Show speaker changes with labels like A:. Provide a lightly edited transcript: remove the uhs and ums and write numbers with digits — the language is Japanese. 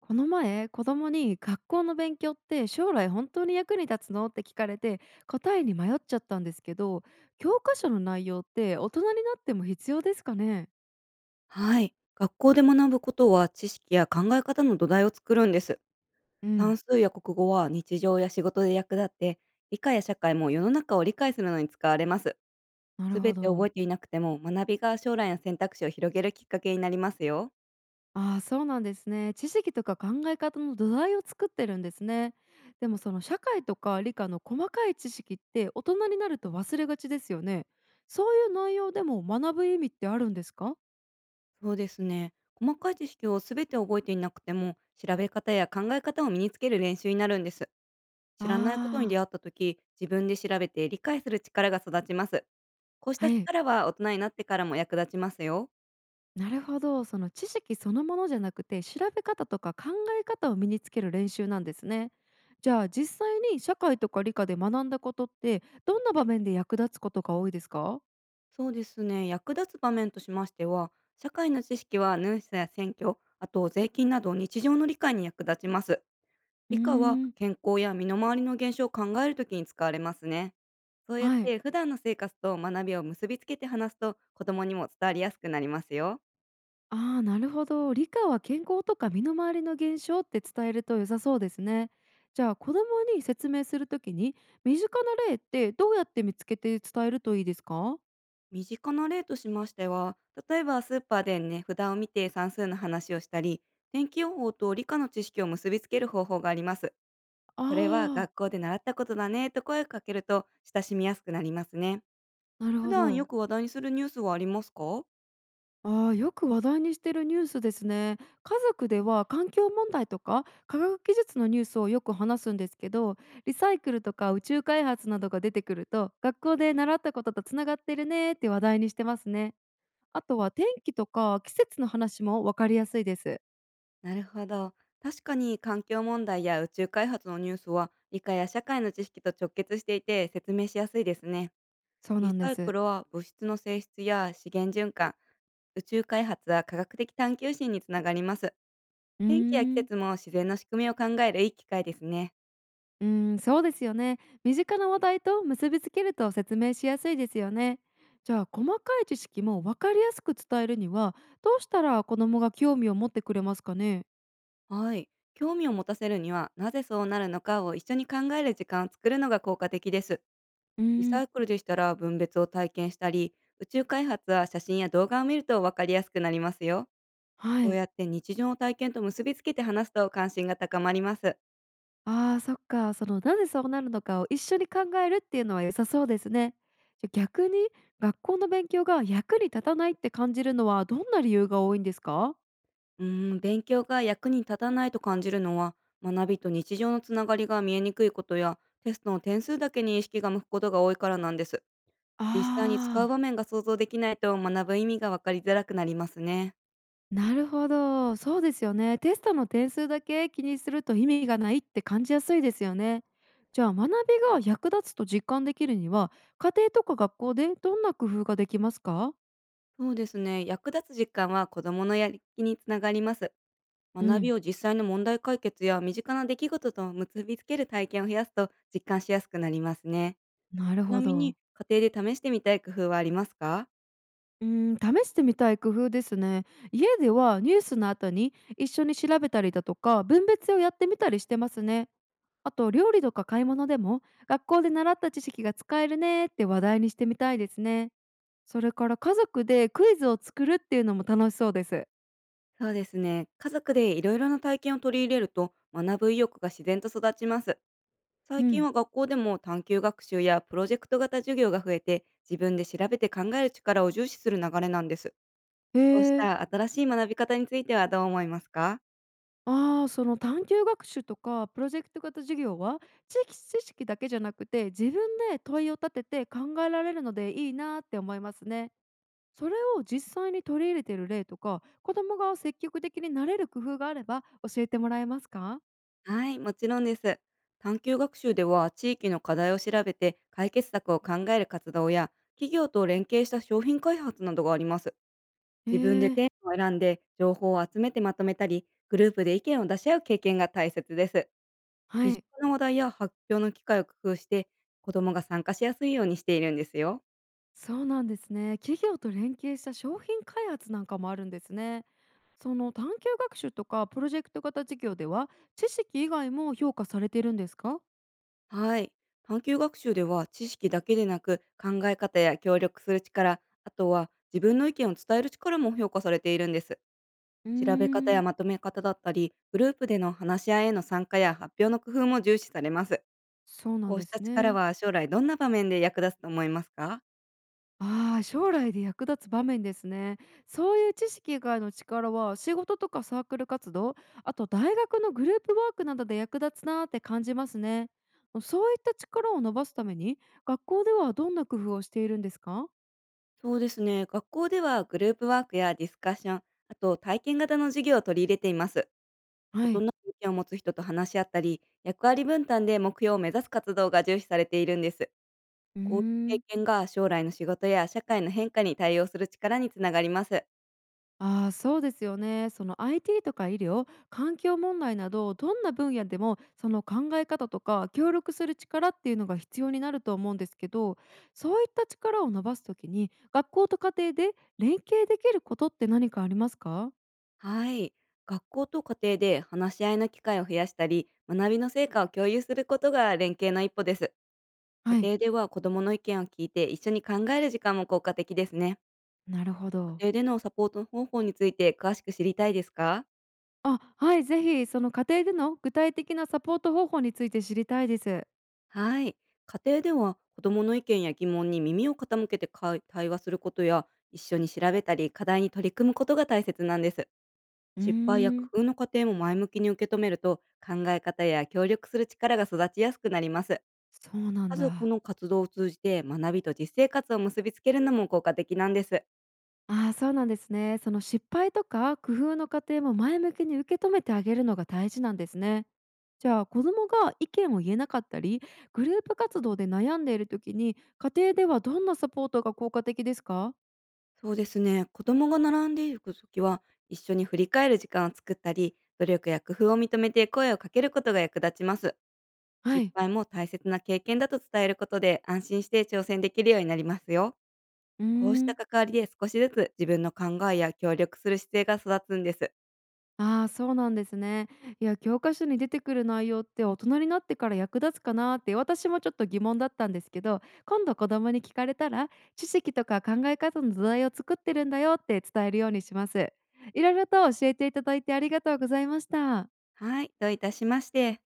A: この前、子供に学校の勉強って将来本当に役に立つのって聞かれて答えに迷っちゃったんですけど、教科書の内容って大人になっても必要ですかね。
B: はい。学校で学ぶことは知識や考え方の土台を作るんです。
A: うん、
B: 算数や国語は日常や仕事で役立って、理科や社会も世の中を理解するのに使われます。
A: なる
B: すべ
A: ほ
B: て
A: ど。
B: 覚えていなくても、学びが将来の選択肢を広げるきっかけになりますよ。
A: ああ、そうなんですね。知識とか考え方の土台を作ってるんですね。でもその社会とか理科の細かい知識って大人になると忘れがちですよね。そういう内容でも学ぶ意味ってあるんですか。
B: そうですね。細かい知識をすべて覚えていなくても、調べ方や考え方を身につける練習になるんです。知らないことに
A: ああ
B: 出
A: ー、
B: 会った時、自分で調べて理解する力が育ちます。こうした
A: はい。
B: 力は大人になってからも役立ちますよ。
A: なるほど、その知識そのものじゃなくて、調べ方とか考え方を身につける練習なんですね。じゃあ実際に社会とか理科で学んだことって、どんな場面で役立つことが多いですか？
B: そうですね。役立つ場面としましては、社会の知識はヌーや選挙、あと税金など日常の理解に役立ちます。
A: うー
B: 理科は
A: ん、
B: 健康や身の回りの現象を考えるときに使われますね。そうやっ
A: はい。
B: て普段の生活と学びを結びつけて話すと、子供にも伝わりやすくなりますよ。
A: ああ、なるほど。理科は健康とか身の回りの現象って伝えると良さそうですね。じゃあ子供に説明するときに身近な例ってどうやって見つけて伝えるといいですか？
B: 身近な例としましては、例えばスーパーで値札を見て算数の話をしたり、天気予報と理科の知識を結びつける方法があります。これは
A: ああ
B: 学校で習ったことだねと声をかけると、親しみやすくなりますね。
A: ー、なる
B: 普
A: ほ
B: 段よ
A: ど。
B: く話題にするニュースはありますか？
A: ああ、よく話題にしてるニュースですね。家族では環境問題とか科学技術のニュースをよく話すんですけど、リサイクルとか宇宙開発などが出てくると、学校で習ったこととつながってるねって話題にしてますね。あとは天気とか季節の話もわかりやすいです。
B: なるほど。確かに環境問題や宇宙開発のニュースは、理科や社会の知識と直結していて説明しやすいですね。
A: そう
B: リ
A: なんで
B: サイク
A: す。
B: ルは物質の性質や資源循環、宇宙開発は科学的探求心につながります。
A: う
B: 天気や季
A: ーん。
B: 節も自然の仕組みを考えるいい機会ですね。
A: うーん、そうですよね。身近な話題と結びつけると説明しやすいですよね。じゃあ細かい知識も分かりやすく伝えるにはどうしたら子どもが興味を持ってくれますかね。
B: はい。興味を持たせるには、なぜそうなるのかを一緒に考える時間を作るのが効果的です。
A: う
B: リ
A: ー
B: サ
A: ん、
B: イクルでしたら分別を体験したり、宇宙開発は写真や動画を見ると分かりやすくなりますよ。
A: は
B: こう
A: い。
B: やって日常の体験と結びつけて話すと、関心が高まります。
A: ああ、そっか。そのなぜそうなるのかを一緒に考えるっていうのは良さそうですね。じゃあ逆に学校の勉強が役に立たないって感じるのはどんな理由が多いんですか。
B: 勉強が役に立たないと感じるのは、学びと日常のつながりが見えにくいことや、テストの点数だけに意識が向くことが多いからなんです。
A: あ
B: 実際に使う場
A: あ。
B: 面が想像できないと、学ぶ意味が分かりづらくなりますね。
A: なるほど、そうですよね。テストの点数だけ気にすると意味がないって感じやすいですよね。じゃあ学びが役立つと実感できるには家庭とか学校でどんな工夫ができますか。
B: そうですね。役立つ実感は子どものやる気につながります。
A: う
B: 学び
A: ん、
B: を実際の問題解決や身近な出来事と結びつける体験を増やすと、実感しやすくなりますね。
A: なる
B: ちな
A: ほ
B: み
A: ど。
B: に、家庭で試してみたい工夫はありますか？
A: うん、試してみたい工夫ですね。家ではニュースの後に一緒に調べたりだとか分別をやってみたりしてますね。あと料理とか買い物でも学校で習った知識が使えるねって話題にしてみたいですね。それから家族でクイズを作るっていうのも楽しそうです。
B: そうですね。家族でいろいろな体験を取り入れると、学ぶ意欲が自然と育ちます。
A: う
B: 最近
A: ん。
B: は学校でも探究学習やプロジェクト型授業が増えて、自分で調べて考える力を重視する流れなんです。
A: へ
B: こうし
A: え。
B: た新しい学び方についてはどう思いますか？
A: ああ、その探究学習とかプロジェクト型授業は地域知識だけじゃなくて自分で問いを立てて考えられるのでいいなって思いますね。それを実際に取り入れてる例とか子供が積極的になれる工夫があれば教えてもらえますか。
B: はい、もちろんです。探究学習では、地域の課題を調べて解決策を考える活動や、企業と連携した商品開発などがあります。
A: へえ
B: 自分で
A: ー、
B: テーマを選んで情報を集めてまとめたり、グループで意見を出し合う経験が大切です。
A: は
B: 身近
A: い。
B: な話題や発表の機会を工夫して、子どもが参加しやすいようにしているんですよ。
A: そうなんですね。企業と連携した商品開発なんかもあるんですね。その探究学習とかプロジェクト型事業では知識以外も評価されてるんですか。
B: はい。探究学習では、知識だけでなく考え方や協力する力、あとは自分の意見を伝える力も評価されているんです。
A: うー
B: 調べ方や
A: ん、
B: まとめ方だったり、グループでの話し合いへの参加や発表の工夫も重視されます。
A: そうな
B: こ
A: ん
B: う
A: で
B: した
A: す
B: 力
A: ね。
B: は将来どんな場面で役立つと思いますか？
A: ああ、将来で役立つ場面ですね。そういう知識以外の力は仕事とかサークル活動、あと大学のグループワークなどで役立つなーって感じますね。そういった力を伸ばすために学校ではどんな工夫をしているんですか。
B: そうですね。学校ではグループワークやディスカッション、あと体験型の授業を取り入れています。
A: は
B: 異
A: い。
B: なる意見を持つ人と話し合ったり、役割分担で目標を目指す活動が重視されているんです。
A: うー
B: こういう
A: ん、
B: 経験が将来の仕事や社会の変化に対応する力につながります。
A: ああ、そうですよね。その IT とか医療環境問題などどんな分野でもその考え方とか協力する力っていうのが必要になると思うんですけど、そういった力を伸ばすときに学校と家庭で連携できることって何かありますか。
B: はい。学校と家庭で話し合いの機会を増やしたり、学びの成果を共有することが連携の一歩です。
A: は
B: 家
A: い、
B: 庭では子どもの意見を聞いて一緒に考える時間も効果的ですね。
A: なるほど。
B: 家庭でのサポート方法について詳しく知りたいですか？
A: あ、はい、ぜひその家庭での具体的なサポート方法について知りたいです。
B: はい。家庭では、子どもの意見や疑問に耳を傾けてか対話することや、一緒に調べたり課題に取り組むことが大切なんです。
A: うー
B: 失敗や工
A: ん、
B: 夫の過程も前向きに受け止めると、考え方や協力する力が育ちやすくなります。
A: そうなん
B: 家族
A: だ。
B: の活動を通じて学びと実生活を結びつけるのも効果的なんです。
A: ああ、そうなんですね。その失敗とか工夫の過程も前向きに受け止めてあげるのが大事なんですね。じゃあ子どもが意見を言えなかったりグループ活動で悩んでいる時に家庭ではどんなサポートが効果的ですか。
B: そうですね。子供が並んでいる時は、一緒に振り返る時間を作ったり、努力や工夫を認めて声をかけることが役立ちます。
A: は
B: 失
A: い。
B: 敗も大切な経験だと伝えることで、安心して挑戦できるようになりますよ。
A: うー
B: こうした
A: ん、
B: 関わりで少しずつ自分の考えや協力する姿勢が育つんです。
A: ああ、そうなんですね。いや、教科書に出てくる内容って大人になってから役立つかなって私もちょっと疑問だったんですけど、今度子供に聞かれたら、知識とか考え方の土台を作ってるんだよって伝えるようにします。いろいろと教えていただいてありがとうございました。
B: はい、どういたしまして。